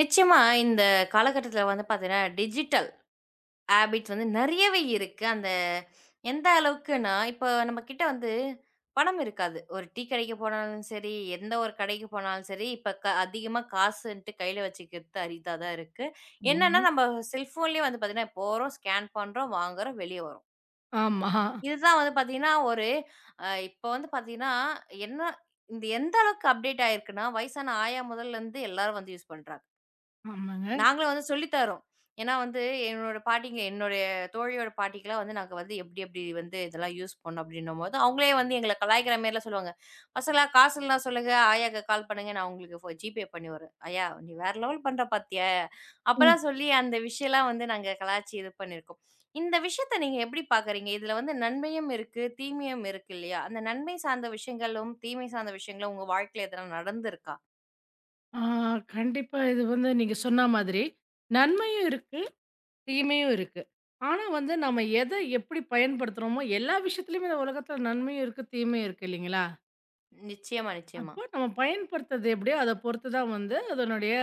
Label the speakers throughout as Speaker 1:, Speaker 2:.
Speaker 1: நிச்சயமா இந்த காலகட்டத்தில வந்து பார்த்தீங்கன்னா, டிஜிட்டல் ஹேபிட்ஸ் வந்து நிறையவே இருக்கு. அந்த எந்த அளவுக்குன்னா, இப்போ நம்மகிட்ட வந்து பணம் இருக்காது. ஒரு டீ கடைக்கு போனாலும் சரி, எந்த ஒரு கடைக்கு போனாலும் சரி, இப்ப அதிகமா காசுன்ட்டு கையில வச்சுக்கிறது அரிதா தான் இருக்கு. என்னன்னா
Speaker 2: ஆமா.
Speaker 1: நம்ம செல்ஃபோன்லேயே வந்து பார்த்தீங்கன்னா, போறோம், ஸ்கேன் பண்றோம், வாங்குறோம், வெளிய வரோம்.
Speaker 2: ஆமா.
Speaker 1: இதுதான் வந்து பார்த்தீங்கன்னா, ஒரு இப்போ வந்து பார்த்தீங்கன்னா, என்ன இந்த எந்த அளவுக்கு அப்டேட் ஆயிருக்குன்னா, வயசான ஆயா முதல்லேருந்து எல்லாரும் வந்து யூஸ் பண்றாங்க.
Speaker 2: ஆமாங்க.
Speaker 1: நாங்களும் வந்து சொல்லி தரோம். ஏன்னா வந்து என்னோட பாட்டிங்க என்னுடைய தோழியோட பாட்டிக்கெல்லாம் வந்து நாங்க வந்து எப்டி எப்டி வந்து இதெல்லாம் யூஸ் பண்ணோம் அப்டின்னும்போது, அவங்களே வந்து எங்கள கலாய்க்கிற மாரிலாம் சொல்லுவாங்க. "பசங்களா காசுல்லா சொல்லுங்க, ஆயாக்கு கால் பண்ணுங்க. நான் உங்களுக்கு ஜிபே பண்ணிவுடுறேன்." ஆயா நீ வேற லெவல் பண்ற பாத்தியா?
Speaker 2: ம்.
Speaker 1: அப்பலாம் சொல்லி அந்த விஷயம்லாம் வந்து நாங்க கலாய்ச்சி இது பண்ணியிருக்கோம். இந்த விஷயத்த நீங்க எப்டி பாக்குறீங்க? இதுல வந்து நன்மையும் இருக்கு, தீமையும் இருக்கு இல்லையா? அந்த நன்மை சார்ந்த விஷயங்களும், தீமை சார்ந்த விஷயங்களும் உங்க வாழ்க்கையில எதனா நடந்திருக்கா?
Speaker 2: ஆ கண்டிப்பா இது வந்து நீங்க சொன்ன மாதிரி, நன்மையும் இருக்கு, தீமையும் இருக்கு. ஆனா வந்து நம்ம எப்படி பயன்படுத்துறோமோ, எல்லா விஷயத்துலயுமே இந்த உலகத்துல நன்மையும் இருக்கு, தீமையும் இருக்கு இல்லைங்களா?
Speaker 1: நிச்சயமா, நிச்சயமா.
Speaker 2: அப்போ நம்ம பயன்படுத்துறது எப்படியோ அத பொறுத்து தான் வந்து அதனுடைய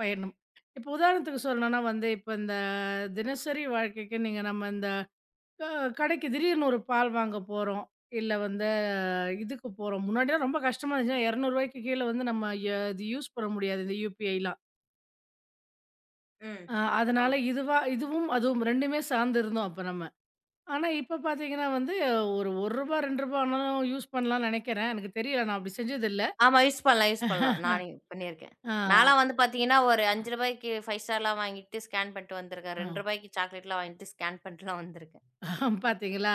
Speaker 2: பயனும். இப்போ உதாரணத்துக்கு சொல்லணும்னா வந்து, இப்போ இந்த தினசரி வாழ்க்கைக்கு நீங்க நம்ம இந்த அ கடைக்கு திடீர்னு ஒரு பால் வாங்க போறோம். இல்ல வந்து இதுக்கு போறோம். முன்னாடிலாம் ரொம்ப கஷ்டமா இருந்துச்சுன்னா ரூ. 200க்கு கீழ வந்து நம்ம இது யூஸ் பண்ண முடியாது இந்த யுபிஐலாம்.
Speaker 1: ம்.
Speaker 2: அதனால
Speaker 1: ஆமா.
Speaker 2: இதுவும் அதுவும் 2மே சார்ந்து இருந்தோம் அப்ப நம்ம. ஆனா இப்ப பாத்தீங்கன்னா வந்து ஒரு ரூ. 1 ரூ. 2 ஆனாலும் யூஸ் பண்ணலாம்னு நெனைக்கிறேன். எனக்கு தெரியல நான் அப்படி செஞ்சதில்ல.
Speaker 1: ஆமா. யூஸ் பண்ணலாம், யூஸ் பண்ணலாம். நானே பண்ணியிருக்கேன்.
Speaker 2: ஆ.
Speaker 1: நான்லாம் வந்து பார்த்தீங்கன்னா, ஒரு ரூ. 5க்கு 5 ஸ்டார்லாம் வாங்கிட்டு ஸ்கேன் பண்ணிட்டு வந்திருக்கேன்.
Speaker 2: ஆ.
Speaker 1: ரூ. 2க்கு சாக்லேட்லாம் வாங்கிட்டு ஸ்கேன் பண்ணிட்டுலாம் வந்திருக்கேன்.
Speaker 2: ஆ பாத்தீங்களா?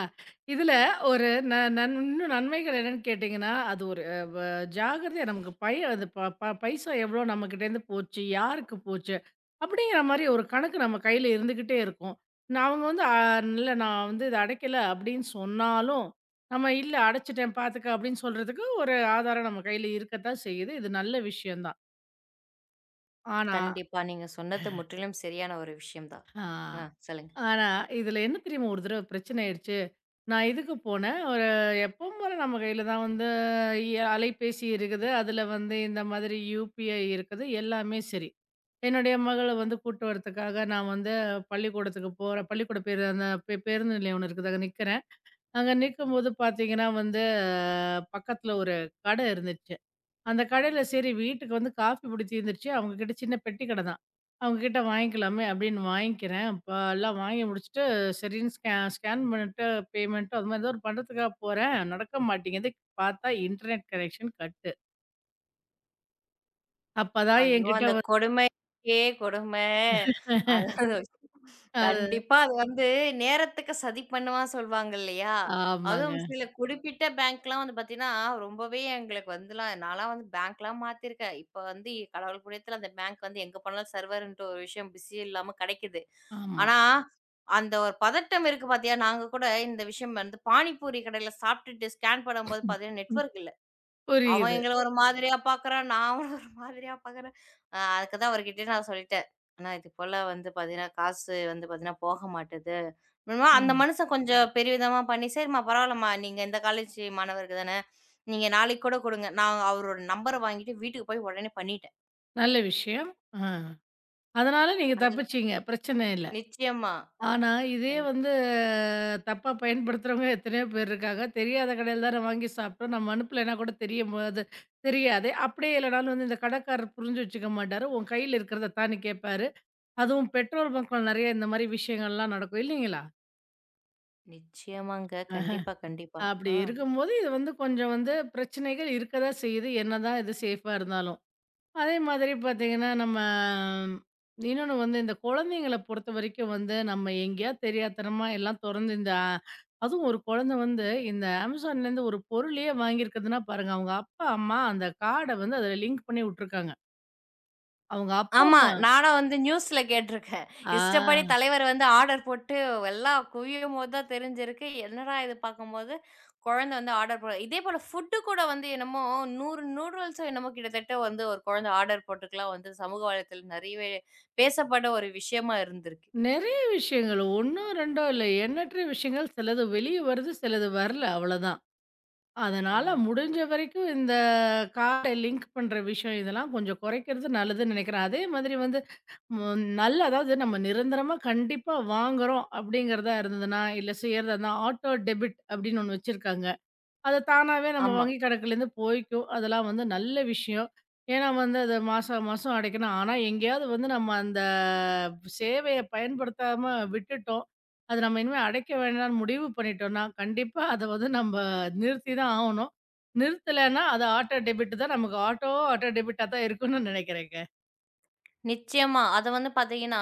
Speaker 2: இதுல ஒரு ந நன் இன்னும் நன்மைகள் என்னன்னு கேட்டீங்கன்னா, அது ஒரு அ வ ஜாகிரதையா நமக்கு அது ப ப பைசா எவ்வளோ நம்மகிட்டேருந்து போச்சு? யாருக்கு போச்சு? அப்படிங்கிற மாரி ஒரு கணக்கு நம்ம கையில இருந்துகிட்டே இருக்கும். நான் அவங்க வந்து, இல்ல நான் வந்து இத அடைக்கல" அப்படின்னு சொன்னாலும், நம்ம "இல்ல அடைச்சுட்டேன் பாத்துக்க" அப்படின்னு சொல்றதுக்கு ஒரு ஆதாரம் நம்ம கையில இருக்கத்தான் செய்யுது. இது நல்ல விஷயம் தான். ஆனா
Speaker 1: கண்டிப்பா. நீங்க சொன்னது முற்றிலும் சரியான ஒரு விஷயம் தான்.
Speaker 2: ஆ
Speaker 1: ஆ சொல்லுங்க.
Speaker 2: ஆனா, இதுல என்ன தெரியுமா ஒரு தடவ பிரச்சனை ஆயிடுச்சு? நான் இதுக்கு போனேன். ஒரு எப்பவும் போல நம்ம கையில தான் வந்து அலைபேசி இருக்குது. அதுல வந்து இந்த மாதிரி யுபிஐ இருக்குது. எல்லாமே சரி. என்னுடைய மகள வந்து கூட்டு வரதுக்காக நான் வந்து பள்ளிக்கூடத்துக்கு போறேன். பள்ளிக்கூட பேரு அந்த பேருந்து நிலையம் ஒண்ணு இருக்குது. அங்க நிக்கிறேன். அங்க நிக்கும்போது பார்த்தீங்கன்னா வந்து, பக்கத்துல ஒரு கடை இருந்துச்சு. அந்த கடையில சரி வீட்டுக்கு வந்து காஃபி பொடி தீர்ந்துருச்சு. அவங்க கிட்ட சின்ன பெட்டி கடை தான். அவங்க கிட்ட வாங்கிக்கலாமே அப்படின்னு வாங்கிக்கிறேன். அப்ப எல்லாம் வாங்கி முடிச்சுட்டு சரின்னு ஸ்கேன் பண்ணிட்டு பேமெண்ட்டு அது மாரி ஏதோ ஒரு பண்ணுறதுக்காக போறேன். நடக்க மாட்டேங்குது. பார்த்தா இன்டர்நெட் கனெக்ஷன் கட்டு. அப்பதான்
Speaker 1: ஐயோ!
Speaker 2: என்கிட்ட
Speaker 1: அந்த
Speaker 2: வந்து
Speaker 1: கொடுமைக்கே கொடுமை. அதாவது
Speaker 2: அது
Speaker 1: கண்டிப்பா அது வந்து நேரத்துக்கு சதி பண்ணுவான்னு சொல்வாங்க இல்லையா? அதுவும்
Speaker 2: ஆமாங்க.
Speaker 1: சில குறிப்பிட்ட பேங்க்லாம் வந்து பார்த்தீங்கன்னா, ரொம்பவே எங்களுக்கு வந்துலாம் நான்லாம் வந்து பேங்க்லாம் மாத்திருக்கேன். இப்ப வந்து கடவுள் புண்ணியத்துல அந்த பேங்க் வந்து எங்க போனாலும் சர்வர்ன்ற ஒரு விஷயம் பிஸி இல்லாம கெடைக்குது.
Speaker 2: ஆமா.
Speaker 1: ஆனா, அந்த ஒரு பதட்டம் இருக்கு பார்த்தியா? நாங்க கூட இந்த விஷயம் வந்து பானிபூரி கடையில சாப்பிட்டுட்டு ஸ்கேன் பண்ணும்போது பார்த்தீங்கன்னா, நெட்வொர்க் இல்ல. அவன்
Speaker 2: புரியுது.
Speaker 1: எங்கள ஒரு மாதிரியா பார்க்குறான். நான் அவன ஒரு மாதிரியா பார்க்குறேன். அ அதுக்கு தான் அவர்கிட்டயே நான் சொல்லிட்டேன். "அண்ணா இது போல வந்து பார்த்தீங்கன்னா, காசு வந்து பார்த்தீங்கன்னா போக மாட்டுது." அப்டின்னா
Speaker 2: அ
Speaker 1: அந்த மனுஷன் கொஞ்சம் பெரியவிதமா பண்ணி, "சரிம்மா பரவாயில்லம்மா. நீங்க இந்த காலேஜ் மாணவருக்கு தானே. நீங்க நாளைக்கு கூட குடுங்க." நான் அவரோட நம்பர வாங்கிட்டு வீட்டுக்கு போய் உடனே பண்ணிட்டேன்.
Speaker 2: நல்ல விஷயம். அ அதனால நீங்க
Speaker 1: அது
Speaker 2: தப்பிச்சீங்க. பிரச்சனை இல்ல.
Speaker 1: நிச்சயமா.
Speaker 2: ஆனா, இதே
Speaker 1: கண்
Speaker 2: வந்து தப்பா பயன்படுத்துறவங்க எத்தனையோ பேர் இருக்காங்க. தெரியாத கடையில தான வாங்கி சாப்பிட்டோம். நம்ம அனுப்பலன்னா கூட தெரியும் போது அது தெரியாது. அப்படியே இல்லனாலும் வந்து இந்த கடைக்காரர் புரிஞ்சு வச்சுக்க மாட்டாரு. உன் கையில இருக்கிறத தான்னு கேட்பாரு. அதுவும் பெட்ரோல் பங்க்ல நெறைய இந்த மாரி விஷயங்கள்லாம் நடக்கும் இல்லைங்களா?
Speaker 1: நிச்சயமாங்க.
Speaker 2: ஆஹ.
Speaker 1: கண்டிப்பா, கண்டிப்பா.
Speaker 2: அப்படி
Speaker 1: ஆ.
Speaker 2: இருக்கும்போது, இது வந்து கொஞ்சம் வந்து பிரச்சனைகள் இருக்க தான் செய்யுது. என்னதான் இது சேஃபா இருந்தாலும். அதே மாதிரி பார்த்தீங்கன்னா, நம்ம இன்னொன்னு வந்து இந்த குழந்தைங்கள பொறுத்தவரைக்கும் வந்து, நம்ம எங்கேயாவது தெரியாத்தனமா எல்லாம் தொறந்து இந்த அதுவும் ஒரு குழந்தை வந்து இந்த Amazonலேருந்து ஒரு பொருளே வாங்கியிருக்குதுன்னா பாருங்க, அவங்க அப்பா, அம்மா அந்த கார்ட வந்து அதில லிங்க் பண்ணி விட்டுருக்காங்க. அவங்க அப்பா,
Speaker 1: ஆமா.
Speaker 2: அம்மா
Speaker 1: நானா வந்து நியூஸ்ல கேட்டுருக்கேன்.
Speaker 2: ஆ
Speaker 1: இஷ்டப்படி தலைவர் வந்து ஆர்டர் போட்டு எல்லாம் குவியும்போது தான் தெரிஞ்சிருக்கு. என்னடா இது பார்க்கும்போது, குழந்தை வந்து ஆர்டர் போ இதேபோல ஃபுட்டு கூட வந்து என்னமோ 100 நூடுல்ஸோ என்னமோ கிட்டத்தட்ட வந்து ஒரு குழந்தை ஆர்டர் போட்டுக்கலாம் வந்து சமூக வலைத்தளம் நிறையவே பேசப்பட ஒரு விஷயமா இருந்திருக்கு.
Speaker 2: நெறைய விஷயங்கள் 1, 2 இல்ல எண்ணற்ற விஷயங்கள் சிலது வெளிய வருது, சிலது வரல அவ்வளதான். அதனால
Speaker 1: ஆமா,
Speaker 2: முடிஞ்ச வரைக்கும் இந்த கார்ட லிங்க் பண்ற விஷயம் இதெல்லாம் கொஞ்சம் குறைக்கிறது நல்லதுன்னு நினைக்கிறேன். அதே மாதிரி வந்து நல்ல அதாவது நம்ம நிரந்தரமா கண்டிப்பா வாங்குறோம் அப்படிங்கிறதா இருந்ததுன்னா, இல்ல செய்றதா இருந்தா ஆட்டோ டெபிட் அப்படின்னு ஒண்ணு வச்சிருக்காங்க. அது தானாவே நம்ம
Speaker 1: ஆமா.
Speaker 2: வங்கி கணக்குலேருந்து போய்க்கும். அதெல்லாம் வந்து நல்ல விஷயம். ஏன்னா வந்து அத மாசா மாசம் அடைக்கணும். ஆனா எங்கேயாவது வந்து நம்ம அந்த சேவைய பயன்படுத்தாம விட்டுட்டோம். அது நம்ம இனிமே அடைக்க வேண்டாம்னு முடிவு பண்ணிட்டோம்னா, கண்டிப்பா அத வந்து நம்ப நிறுத்தி தான் ஆவணும். நிறுத்தலன்னா அது ஆட்டோ டெபிட் தான் நமக்கு ஆட்டோவா ஆட்டோ டெபிட்டா தான் இருக்கும்னு நினைக்கிறேங்க.
Speaker 1: நிச்சயமா. அது வந்து பார்த்தீங்கன்னா,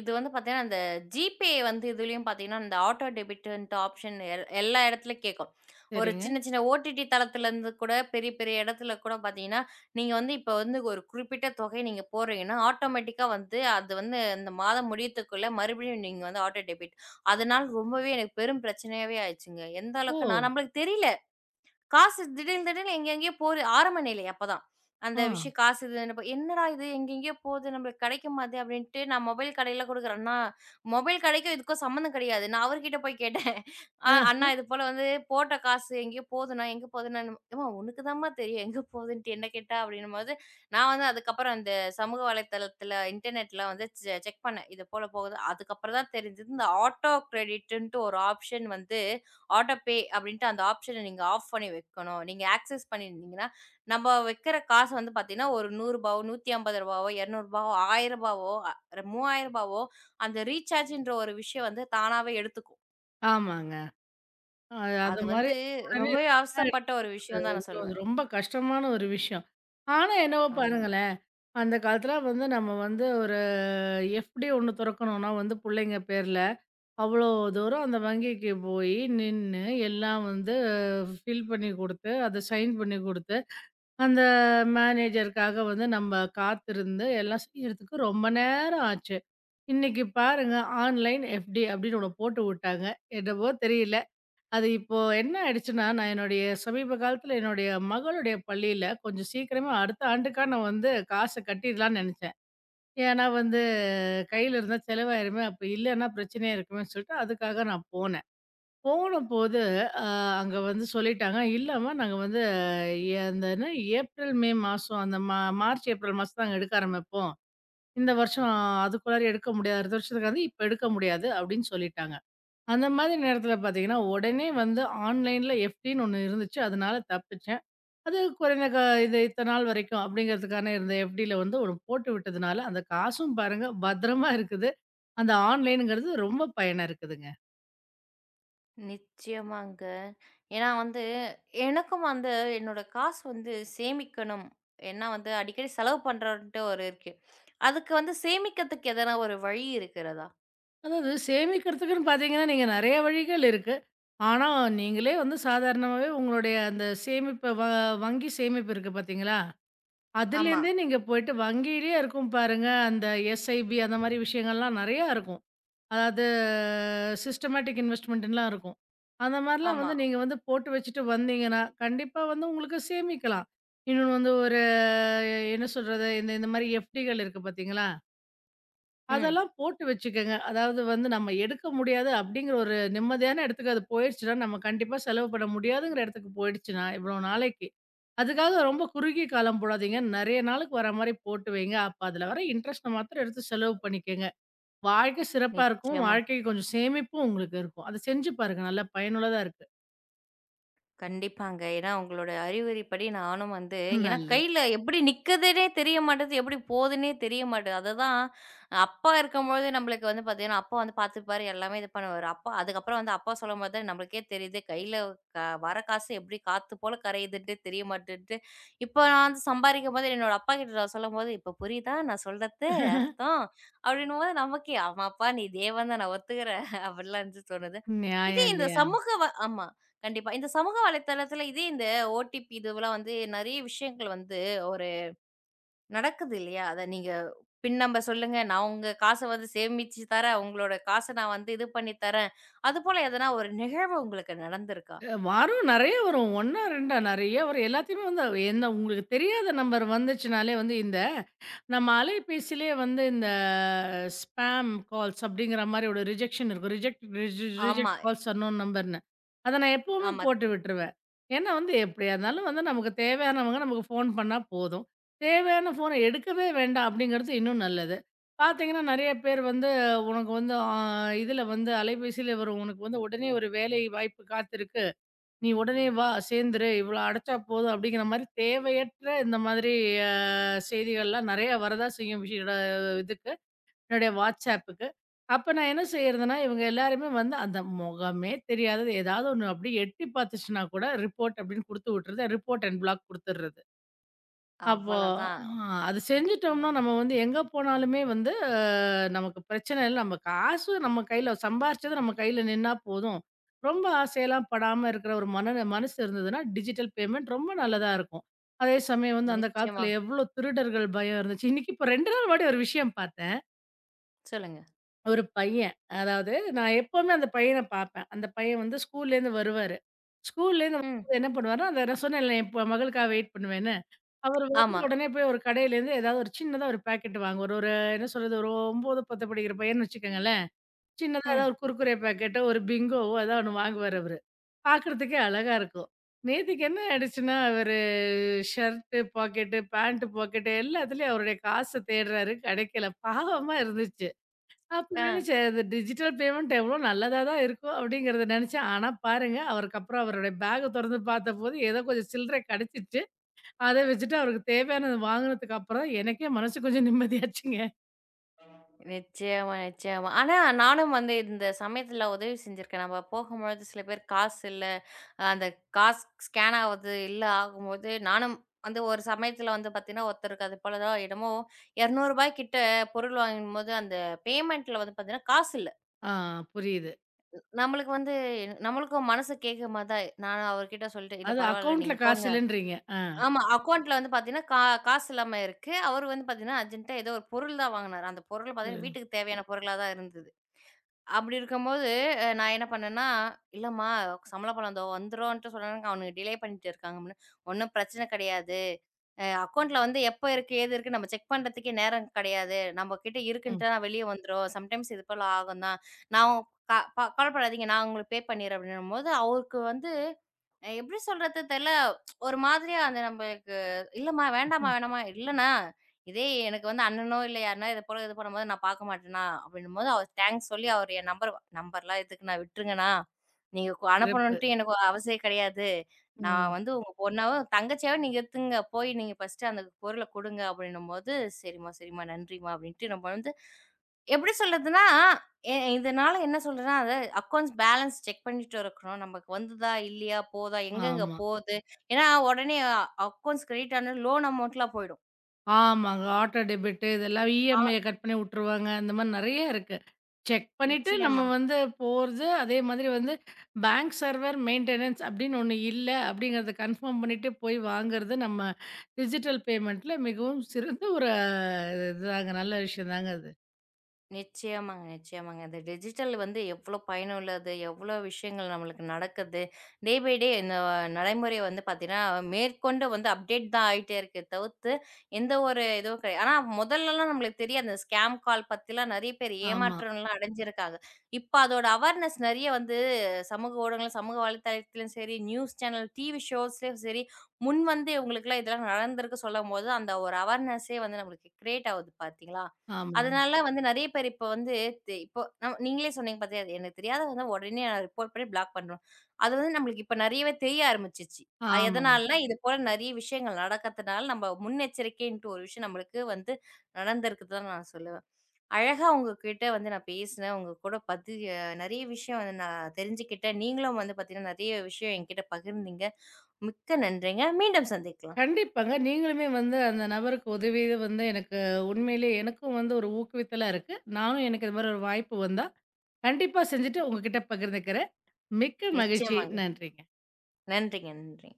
Speaker 1: இது வந்து பார்த்தீங்கன்னா, அந்த ஜிபே வந்து இதுலயும் பார்த்தீங்கன்னா, இந்த ஆட்டோ டெபிட்ன்ட்டு ஆப்ஷன் எல்லா இடத்துலயும் கேட்கும். ஒரு
Speaker 2: சரிங்க.
Speaker 1: சின்ன சின்ன ஓடிடி தளத்துலருந்து கூட பெரிய பெரிய இடத்துல கூட பார்த்தீங்கன்னா, நீங்க வந்து இப்ப வந்து ஒரு குறிப்பிட்ட தொகை நீங்க போடுறீங்கன்னா, ஆட்டோமேட்டிக்கா வந்து அது வந்து இந்த மாதம் முடியத்துக்குள்ள மறுபடியும் நீங்க வந்து ஆட்டோ டெபிட். அதனால ரொம்பவே எனக்கு பெரும் பிரச்சனையாவே ஆயிருச்சுங்க. எந்த
Speaker 2: ஓ!
Speaker 1: அளவுக்குன்னா, நம்மளுக்கு தெரியல. காசு திடீர்னு திடீர்னு எங்கெங்கேயோ போது ஆரம்ப நிலை அப்பதான். அந்த
Speaker 2: ஆ.
Speaker 1: விஷயம் காசு இது என்னப்ப என்னடா இது எங்கெங்கேயோ போது நம்மளுக்கு கிடைக்க மாட்டே அப்படின்ட்டு நான் மொபைல் கடையில குடுக்குறேன். அண்ணா மொபைல் கடைக்கும் இதுக்கும் சம்மந்தம் கிடையாது. நான் அவர்கிட்ட போய் கேட்டேன். அ
Speaker 2: அ
Speaker 1: அண்ணா இது போல வந்து போட்ட காசு எங்கேயோ போதுண்ணா, எங்க போதுண்ணா? ஏம்மா உனக்கு தாம்மா தெரியும் எங்க போதுன்ட்டு என்ன கேட்டா அப்படின்னும்போது, நான் வந்து அதுக்கப்புறம் அந்த சமூக வலைத்தளத்தில இன்டர்நெட்ல வந்து செக் பண்ணேன். இது போல போகுது. அதுக்கப்புறம் தான் தெரிஞ்சது இந்த ஆட்டோ கிரெடிட்டுன்ட்டு ஒரு ஆப்ஷன் வந்து ஆட்டோ பே அப்படின்ட்டு அந்த ஆப்ஷன நீங்க ஆஃப் பண்ணி வைக்கணும். நீங்க ஆக்சஸ் பண்ணியிருந்தீங்கன்னா, நம்ம வைக்கிற காசு வந்து பார்த்தீங்கன்னா, ஒரு ரூ. 100வோ, ரூ. 150வோ, ரூ. 200வோ, ரூ. 1000வோ, ரூ. 3000வோ அந்த ரீசார்ஜ்ன்ற ஒரு விஷயம் வந்து தானாவே எடுத்துக்கும்.
Speaker 2: ஆமாங்க. அது அது
Speaker 1: அது
Speaker 2: மாரி
Speaker 1: வந்து
Speaker 2: உடனே
Speaker 1: ரொம்பவே அவஸ்தைப்பட்ட
Speaker 2: ஐயோ!
Speaker 1: ஒரு விஷயம் தான் நான்
Speaker 2: அது
Speaker 1: சொல்லுவேன்.
Speaker 2: ரொம்ப கஷ்டமான ஒரு விஷயம். ஆனா என்னவோ
Speaker 1: ஆமா.
Speaker 2: பாருங்களேன், அந்த காலத்துல வந்து நம்ம வந்து ஒரு எஃப்டி ஒண்ணு தொறக்கணும்னா வந்து புள்ளைங்க பேர்ல, அவ்வளோ தூரம் அந்த வங்கிக்கு போயி நின்னு எல்லாம் வந்து ஃபில் பண்ணி குடுத்து, அத சைன் பண்ணி குடுத்து, அந்த மேனேஜருக்காக வந்து நம்ம காத்திருந்து எல்லாம் செய்யறதுக்கு ரொம்ப நேரம் ஆச்சு. இன்னைக்கு பாருங்க ஆன்லைன் எஃப்டி அப்படின்னு ஒண்ணு போட்டு விட்டாங்க. என்னவோ தெரியல. அது இப்போ என்ன ஆயிடுச்சுன்னா, நான் என்னுடைய சமீப காலத்துல என்னுடைய மகளுடைய பள்ளியில கொஞ்சம் சீக்கிரமா அடுத்த ஆண்டுக்கான வந்து காச கட்டிடலான்னு நெனச்சேன். ஏன்னா வந்து கையில இருந்தா செலவாயிருமே, அப்ப இல்லன்னா பிரச்சனையா இருக்குமேன்னு சொல்லிட்டு அதுக்காக நான் போனேன். போனபோது அ அங்க வந்து சொல்லிட்டாங்க, இல்லம்மா நாங்க வந்து எ அந்த என்ன ஏப்ரல், மே மாசம் அந்த மார்ச், ஏப்ரல் மாசம் நாங்க எடுக்க ஆரம்பிப்போம். இந்த வருஷம் அதுக்குள்ளார எடுக்க முடியாது. அடுத்த வருஷத்துக்காவது இப்ப எடுக்க முடியாது அப்படின்னு சொல்லிட்டாங்க. அந்த மாதிரி நேரத்துல பார்த்தீங்கன்னா, உடனே வந்து ஆன்லைன்ல எஃப்டின்னு ஒண்ணு இருந்துச்சு. அதனால தப்பிச்சேன். அது குறைந்த இது இத்தன நாள் வரைக்கும் அப்படிங்கிறதுக்கான இருந்த எஃப்டில வந்து ஒண்ணு போட்டு விட்டதுனால, அந்த காசும் பாருங்க பத்திரமா இருக்குது. அந்த ஆன்லைனுங்கிறது ரொம்ப பயனா இருக்குதுங்க.
Speaker 1: நிச்சயமாங்க. ஏன்னா வந்து, எனக்கும் வந்து என்னோட காசு வந்து சேமிக்கணும். ஏன்னா வந்து அடிக்கடி செலவு பண்றோன்ட்டு ஒரு இருக்கு. அதுக்கு வந்து சேமிக்கிறதுக்கு எதனா ஒரு வழி இருக்கிறதா?
Speaker 2: அதாவது சேமிக்கிறதுக்குன்னு பார்த்தீங்கன்னா, நீங்க நெறைய வழிகள் இருக்கு. ஆனா, நீங்களே வந்து சாதாரணமாவே உங்களுடைய அந்த சேமிப்ப வ வங்கி சேமிப்பு இருக்கு பார்த்தீங்களா?
Speaker 1: ஆமா,
Speaker 2: அதுலேருந்தே நீங்க போயிட்டு வங்கியிலேயே இருக்கும் பாருங்க, அந்த எஸ்ஐபி அந்த மாரி விஷயங்கள்லாம் நெறையா இருக்கும். அதாவது சிஸ்டமேட்டிக் இன்வெஸ்ட்மெண்ட்லாம் இருக்கும். அந்த மாரிலாம்
Speaker 1: ஆமா.
Speaker 2: வந்து நீங்க வந்து போட்டு வச்சுட்டு வந்தீங்கன்னா, கண்டிப்பா வந்து உங்களுக்கு சேமிக்கலாம். இன்னொன்னு வந்து ஒரு என்ன சொல்றது? இந்த இந்த மாரி எஃப்டிகள் இருக்கு பார்த்தீங்களா?
Speaker 1: ம்.
Speaker 2: அதெல்லாம் போட்டு வச்சுக்கங்க. அதாவது வந்து நம்ம எடுக்க முடியாது அப்படிங்கிற ஒரு நிம்மதியான இடத்துக்கு அது போயிடுச்சுன்னா, நம்ம கண்டிப்பா செலவு பண்ண முடியாதுங்கிற இடத்துக்கு போயிடுச்சுன்னா, இவ்வளோ நாளைக்கு. அதுக்காக ரொம்ப குறுகிய காலம் போடாதீங்க. நெறைய நாளுக்கு வர மாரி போட்டு வைங்க. அப்ப அதுல வர இன்ட்ரெஸ்ட்ட மாத்திரம் எடுத்து செலவு பண்ணிக்கங்க. வாழ்க்கை சிறப்பா இருக்கும்.
Speaker 1: நிச்சயமா.
Speaker 2: வாழ்க்கைக்கு கொஞ்சம் சேமிப்பும் உங்களுக்கு இருக்கும். அத செஞ்சு பாருங்க. நல்லா பயனுள்ளதா இருக்கு.
Speaker 1: கண்டிப்பாங்க. ஏன்னா, உங்களோட அறிவுரைப்படி நானும் வந்து ஏன்னா
Speaker 2: நல்லது.
Speaker 1: கையில எப்படி நிக்குதுன்னே தெரிய மாட்டேது, எப்படி போதுன்னே தெரிய மாட்டேது. அதுதான் அப்பா இருக்கும்போது நம்மளுக்கு வந்து பார்த்தீங்கன்னா, அப்பா வந்து பார்த்துப்பாரு, எல்லாமே இது பண்ணுவாரு. அப்பா அதுக்கப்புறம் வந்து அப்பா சொல்லும்போது தான் நம்மளுக்கே தெரியுது, கையில க வர காசு எப்படி காத்து போல கரையுதுன்ட்டு தெரிய மாட்டேன்ட்டு. இப்போ நான் வந்து சம்பாரிக்கும்போது என்னோட அப்பா கிட்ட நான் சொல்லும்போது, "இப்போ புரியுதா நான் சொல்றது அர்த்தம்?" அப்படின்னும்போது நமக்கே, "ஆமாப்பா நீ தேவன் தான் நான் ஒத்துக்கிறேன்." அப்படிலாம் வந்து தோணுது. இதே
Speaker 2: நியாயம்
Speaker 1: இந்த
Speaker 2: இல்லையா?
Speaker 1: சமூக வ ஆமா. கண்டிப்பா. இந்த சமூக வலைத்தளத்துல இதே இந்த ஓடிபி இதுவெல்லாம் வந்து நெறைய விஷயங்கள் வந்து ஒரு நடக்குது இல்லையா? அத நீங்க பின் நம்பர் சொல்லுங்க. நான் உங்க காச வந்து சேமிச்சு தரேன். உங்களோட காச நான் வந்து இது பண்ணி தரேன். அதுபோல எதனா ஒரு நிகழ்வு உங்களுக்கு நடந்திருக்கா?
Speaker 2: அ வரும். நெறைய வரும். 1ஆ 2ஆ நெறைய வரும். எல்லாத்தையுமே வந்து என்ன உங்களுக்கு தெரியாத நம்பர் வந்துச்சுனாலே வந்து இந்த நம்ம அலைபேசியிலே வந்து இந்த ஸ்பாம் கால்ஸ் அப்படிங்கிற மாரி ஒரு ரிஜெக்ஷன் இருக்கும்.
Speaker 1: ஆமா,
Speaker 2: ரிஜெக்ட் கால்ஸ் அன்னோன் நம்பர்ன்னு. அத நான் எப்பவுமே
Speaker 1: ஆமா.
Speaker 2: போட்டு விட்டுருவேன். ஏன்னா வந்து எப்படியா இருந்தாலும் வந்து நமக்கு தேவையானவங்க நமக்கு ஃபோன் பண்ணா போதும். தேவையான ஃபோன எடுக்கவே வேண்டாம் அப்படிங்கிறது இன்னும் நல்லது. பார்த்தீங்கன்னா, நெறைய பேர் வந்து உனக்கு வந்து இதில வந்து அலைபேசியில வரும் உனக்கு வந்து உடனே ஒரு வேலை வாய்ப்பு காத்திருக்கு. நீ உடனே வா சேர்ந்துரு இவ்வளோ அடைச்சா போதும் அப்படிங்கிற மாதிரி தேவையற்ற இந்த மாதிரி செய்திகள்லாம் நிறைய வரதா செய்யும் விஷயம் என்னோட இதுக்கு என்னுடைய வாட்ஸ்அப்புக்கு அப்போ நான் என்ன செய்யறதுன்னா இவங்க எல்லாருமே வந்து அந்த முகமே தெரியாதது ஏதாவது ஒன்று அப்படி எட்டி பார்த்துச்சுன்னா கூட ரிப்போர்ட் அப்படின்னு கொடுத்து விட்டுறது ரிப்போர்ட் அண்ட் பிளாக் கொடுத்துடுறது அப்போ
Speaker 1: அவ்வளதான்.
Speaker 2: ஆ அது செஞ்சுட்டோம்னா, நம்ம வந்து எங்க போனாலுமே வந்து அ நமக்கு பிரச்சனை இல்ல. நம்ம காசு நம்ம கையில சம்பாரிச்சது நம்ம கையில நின்னா போதும். ரொம்ப ஆசையெல்லாம் படாம இருக்கிற ஒரு மனசு இருந்ததுன்னா, டிஜிட்டல் பேமெண்ட் ரொம்ப நல்லதா இருக்கும். அதே சமயம் வந்து அந்த
Speaker 1: நிச்சயமா.
Speaker 2: காலத்துல எவ்ளோ திருடர்கள் பயம் இருந்துச்சு. இன்னைக்கு இப்ப 2 நாள் முன்னாடி ஒரு விஷயம் பார்த்தேன்.
Speaker 1: சொல்லுங்க.
Speaker 2: ஒரு பையன், அதாவது நான் எப்பவுமே அந்த பையன பார்ப்பேன். அந்த பையன் வந்து ஸ்கூல்லேருந்து வருவாரு. ஸ்கூல்லேருந்து
Speaker 1: ம்.
Speaker 2: வரும்போது என்ன பண்ணுவாருன்னா, அந்த நான் சொன்னேன்ல என் மகளுக்காக வெயிட் பண்ணுவேன்னு. அவரு வந்த
Speaker 1: ஆமா.
Speaker 2: உடனே போய் ஒரு கடையிலேருந்து ஏதாவது ஒரு சின்னதா ஒரு பாக்கெட் வாங்குவாரு. ஒரு ஒரு என்ன சொல்றது? ஒரு 9, 10 படிக்கிற பையன்னு வச்சுக்கோங்களேன். சின்னதா
Speaker 1: ம்.
Speaker 2: ஏதாவது ஒரு குர்குரே பாக்கெட்டோ, ஒரு பிங்கோவோ ஏதாவது ஒண்ணு வாங்குவாரு அவரு. பாக்குறதுக்கே அழகா இருக்கும். நேத்திக்கு என்ன ஆயிடுச்சுன்னா, அவரு ஷர்ட்டு பாக்கெட்டு, பேண்ட் பாக்கெட்டு எல்லாத்துலயும் அவருடைய காச தேடுறாரு. கிடைக்கல. பாவமா இருந்துச்சு. அப்ப
Speaker 1: ஆ.
Speaker 2: நினைச்சேன், "இது டிஜிட்டல் பேமெண்ட் எவ்வளோ நல்லதா தான் இருக்கும்." அப்படிங்கிறத நினைச்சேன். ஆனா பாருங்க, அவருக்கு அப்புறம் அவருடைய பேக்க தொறந்து பார்த்தபோது ஏதோ கொஞ்சம் சில்லறை கிடைச்சிச்சு. அத வச்சுட்டு அவருக்கு தேவையானது வாங்குனதுக்கு அப்புறம் எனக்கே மனசு கொஞ்சம் நிம்மதியாச்சுங்க.
Speaker 1: நிச்சயமா, நிச்சயமா. ஆனா, நானும் வந்து இந்த சமயத்துல உதவி செஞ்சிருக்கேன். நம்ம போகும்பொழுது சில பேர் காசு இல்ல, அந்த காசு ஸ்கேன் ஆவது இல்ல ஆகும்போது, நானும் வந்து ஒரு சமயத்துல வந்து பாத்தீங்கன்னா, ஒருத்தருக்கு அது போல தான் என்னமோ ரூ. 200 கிட்ட பொருள் வாங்கும்போது, அந்த பேமெண்ட்ல வந்து பாத்தீங்கன்னா, காசு இல்ல.
Speaker 2: ஆ புரியுது.
Speaker 1: நம்மளுக்கு வந்து நம்மளுக்கும் மனசு கேக்குற மாரி தான். நானும் அவர்கிட்ட சொல்லிட்டேன், "இல்ல
Speaker 2: அது
Speaker 1: பரவால்ல
Speaker 2: அக்கவுண்ட்ல
Speaker 1: நீங்க
Speaker 2: காசு
Speaker 1: போங்க."
Speaker 2: இல்லன்றீங்க. ஆ.
Speaker 1: ஆமா. அக்கவுண்ட்ல வந்து பார்த்தீங்கன்னா, காசு இல்லாம இருக்கு. அவரு வந்து பார்த்தீங்கன்னா, அர்ஜென்ட்டா ஏதோ ஒரு பொருள் தான் வாங்குனாரு. அந்த பொருள் பார்த்தீங்கன்னா,
Speaker 2: ம்.
Speaker 1: வீட்டுக்கு தேவையான பொருளா தான் இருந்தது. அப்படி இருக்கும்போது, அ நான் என்ன பண்ணேன்னா, "இல்லம்மா சம்பள பணம் இதோ வந்துரும்ன்ட்டு சொன்னாங்க. அவனுங்க டிலே பண்ணிட்டு இருக்காங்கம்ன்னு." "ஒண்ணும் பிரச்சனை கிடையாது. அ அக்கவுண்ட்ல வந்து எப்ப இருக்கு, ஏது இருக்கு நம்ம செக் பண்றதுக்கே நேரம் கிடையாது. நம்ம கிட்ட
Speaker 2: ம்.
Speaker 1: இருக்குன்ட்டா வெளிய வந்துரும். சம்டைம்ஸ் இது போல ஆகும் தான். நான் க ப கவலைப்படாதீங்க. நான் உங்களுக்கு பே பண்ணிடுறேன்." அப்படின்னும்போது, அவருக்கு வந்து அ எப்படி சொல்றது தெர்ல. ஒரு மாதிரியா அது நம்மளுக்கு இல்லம்மா, வேண்டாம்மா,
Speaker 2: ம்.
Speaker 1: வேணாம்மா, இல்லண்ணா. இதே எனக்கு வந்து அண்ணனோ, இல்ல யாருன்னா இது போல இது பண்ணும்போது நான் பார்க்க மாட்டேண்ணா அப்படின்னும்போது, அவர் தேங்க்ஸ் சொல்லி அவர் என் நம்பர்லாம் எதுக்குண்ணா விட்டுருங்கண்ணா. நீங்க கு
Speaker 2: சிறப்பு.
Speaker 1: அனுப்பணுன்ட்டு எனக்கு ஒரு அவசியம் கிடையாது. நான்
Speaker 2: ம்.
Speaker 1: வந்து உங்க பொண்ணாவோ, தங்கச்சியாவோ நீங்க எடுத்துங்க. போய் நீங்க ஃபர்ஸ்ட்டு அந்த பொருள குடுங்க அப்படின்னும்போது, சரிம்மா, சரிம்மா, நன்றிம்மா அப்படின்ட்டு நம்ம வந்து எப்படி சொல்றதுன்னா ஏ இதனால என்ன சொல்றேன்னா, அத அக்கவுண்ட்ஸ் பேலன்ஸ் செக் பண்ணிட்டு இருக்கணும். நமக்கு வந்துதா, இல்லையா, போதா, எங்கெங்க
Speaker 2: ஆமா.
Speaker 1: போது? ஏன்னா, உடனே அக்கவுண்ட்ஸ் கிரெடிட் ஆன லோன் அமௌண்ட்லாம் போயிடும்.
Speaker 2: ஆமாங்க. ஆட்டோ டெபிட் இதெல்லாம்
Speaker 1: ஆ
Speaker 2: இஎம்ஐய கட் பண்ணி விட்டுருவாங்க. அந்த மாரி நெறைய இருக்கு. செக் பண்ணிட்டு நம்ம
Speaker 1: நிச்சயமா.
Speaker 2: வந்து போறது, அதே மாதிரி வந்து பேங்க் சர்வர் மெயின்டெனன்ஸ் அப்படின்னு ஒண்ணு இல்ல அப்படிங்கிறத கன்ஃபார்ம் பண்ணிட்டு போய் வாங்குறது நம்ம டிஜிட்டல் பேமெண்ட்ல மிகவும் சிறந்த ஒரு இதுதாங்க. நல்ல விஷயம் தாங்க அது.
Speaker 1: நிச்சயமாங்க, நிச்சயமாங்க. இந்த டிஜிட்டல் வந்து எவ்வளோ பயனுள்ளது, எவ்வளோ விஷயங்கள் நம்மளுக்கு நடக்குது. டே பை டே இந்த நடைமுறை வந்து பார்த்தீங்கன்னா, மேற்கொண்டு வந்து அப்டேட் தான் ஆயிட்டே இருக்கே தவிர்த்து, எந்த ஒரு இதுவும் கிடையாது. ஆனா முதல்லலாம் நம்மளுக்கு தெரியாது. அந்த ஸ்கேம் கால் பத்திலாம் நெறைய பேர்
Speaker 2: ஆமா.
Speaker 1: ஏமாற்றம்லாம் அடைஞ்சிருக்காங்க. இப்ப அதோட அவேர்னஸ் நெறைய வந்து சமூக ஊடகங்கள், சமூக வலைத்தளத்திலும் சரி, நியூஸ் சேனல், டிவி ஷோஸ்லயும் சரி, முன் வந்து இவங்களுக்குலாம் இதெல்லாம் நடந்திருக்கு சொல்லும்போது, அந்த ஒரு அவேர்னஸே வந்து நம்மளுக்கு கிரியேட் ஆகுது பார்த்தீங்களா?
Speaker 2: ஆமா.
Speaker 1: அதனால வந்து நெறைய பேர் இப்ப வந்து இப்போ நீங்களே சொன்னீங்க பாத்தீயா, அது எனக்கு தெரியாத வந்து உடனே நான் ரிப்போர்ட் பண்ணி பிளாக் பண்றோம். அது வந்து நம்மளுக்கு இப்ப நெறையவே தெரிய ஆரம்பிச்சுச்சு. அ
Speaker 2: ஆமாங்க.
Speaker 1: எதனாலன்னா, ம். இது போல நெறைய விஷயங்கள் நடக்கிறதுனால, நம்ம முன்னெச்சரிக்கைன்ட்டு ஒரு விஷயம் நம்மளுக்கு வந்து நடந்திருக்குது தான் நான் சொல்லுவேன். அழகா உங்ககிட்ட வந்து நான் பேசினேன். உங்க கூட பத்தி அ நெறைய விஷயம் வந்து நான் தெரிஞ்சுக்கிட்டேன். நீங்களும் வந்து பாத்தீங்கன்னா, நெறைய விஷயம் என்கிட்ட பகிர்ந்தீங்க. மிக்க நன்றிங்க. மீண்டும் சந்திக்கலாம்.
Speaker 2: கண்டிப்பாங்க. நீங்களுமே வந்து அந்த நபருக்கு உதவி வந்து எனக்கு உண்மையிலே எனக்கும் வந்து ஒரு ஊக்குவித்தலா இருக்கு. நானும் எனக்கு இது மாரி ஒரு வாய்ப்பு வந்தா, கண்டிப்பா செஞ்சுட்டு உங்ககிட்ட பகிர்ந்துக்கிறேன். மிக்க மகிழ்ச்சி.
Speaker 1: நிச்சயமாங்க.
Speaker 2: நன்றிங்க.
Speaker 1: நன்றிங்க, நன்றிங்க.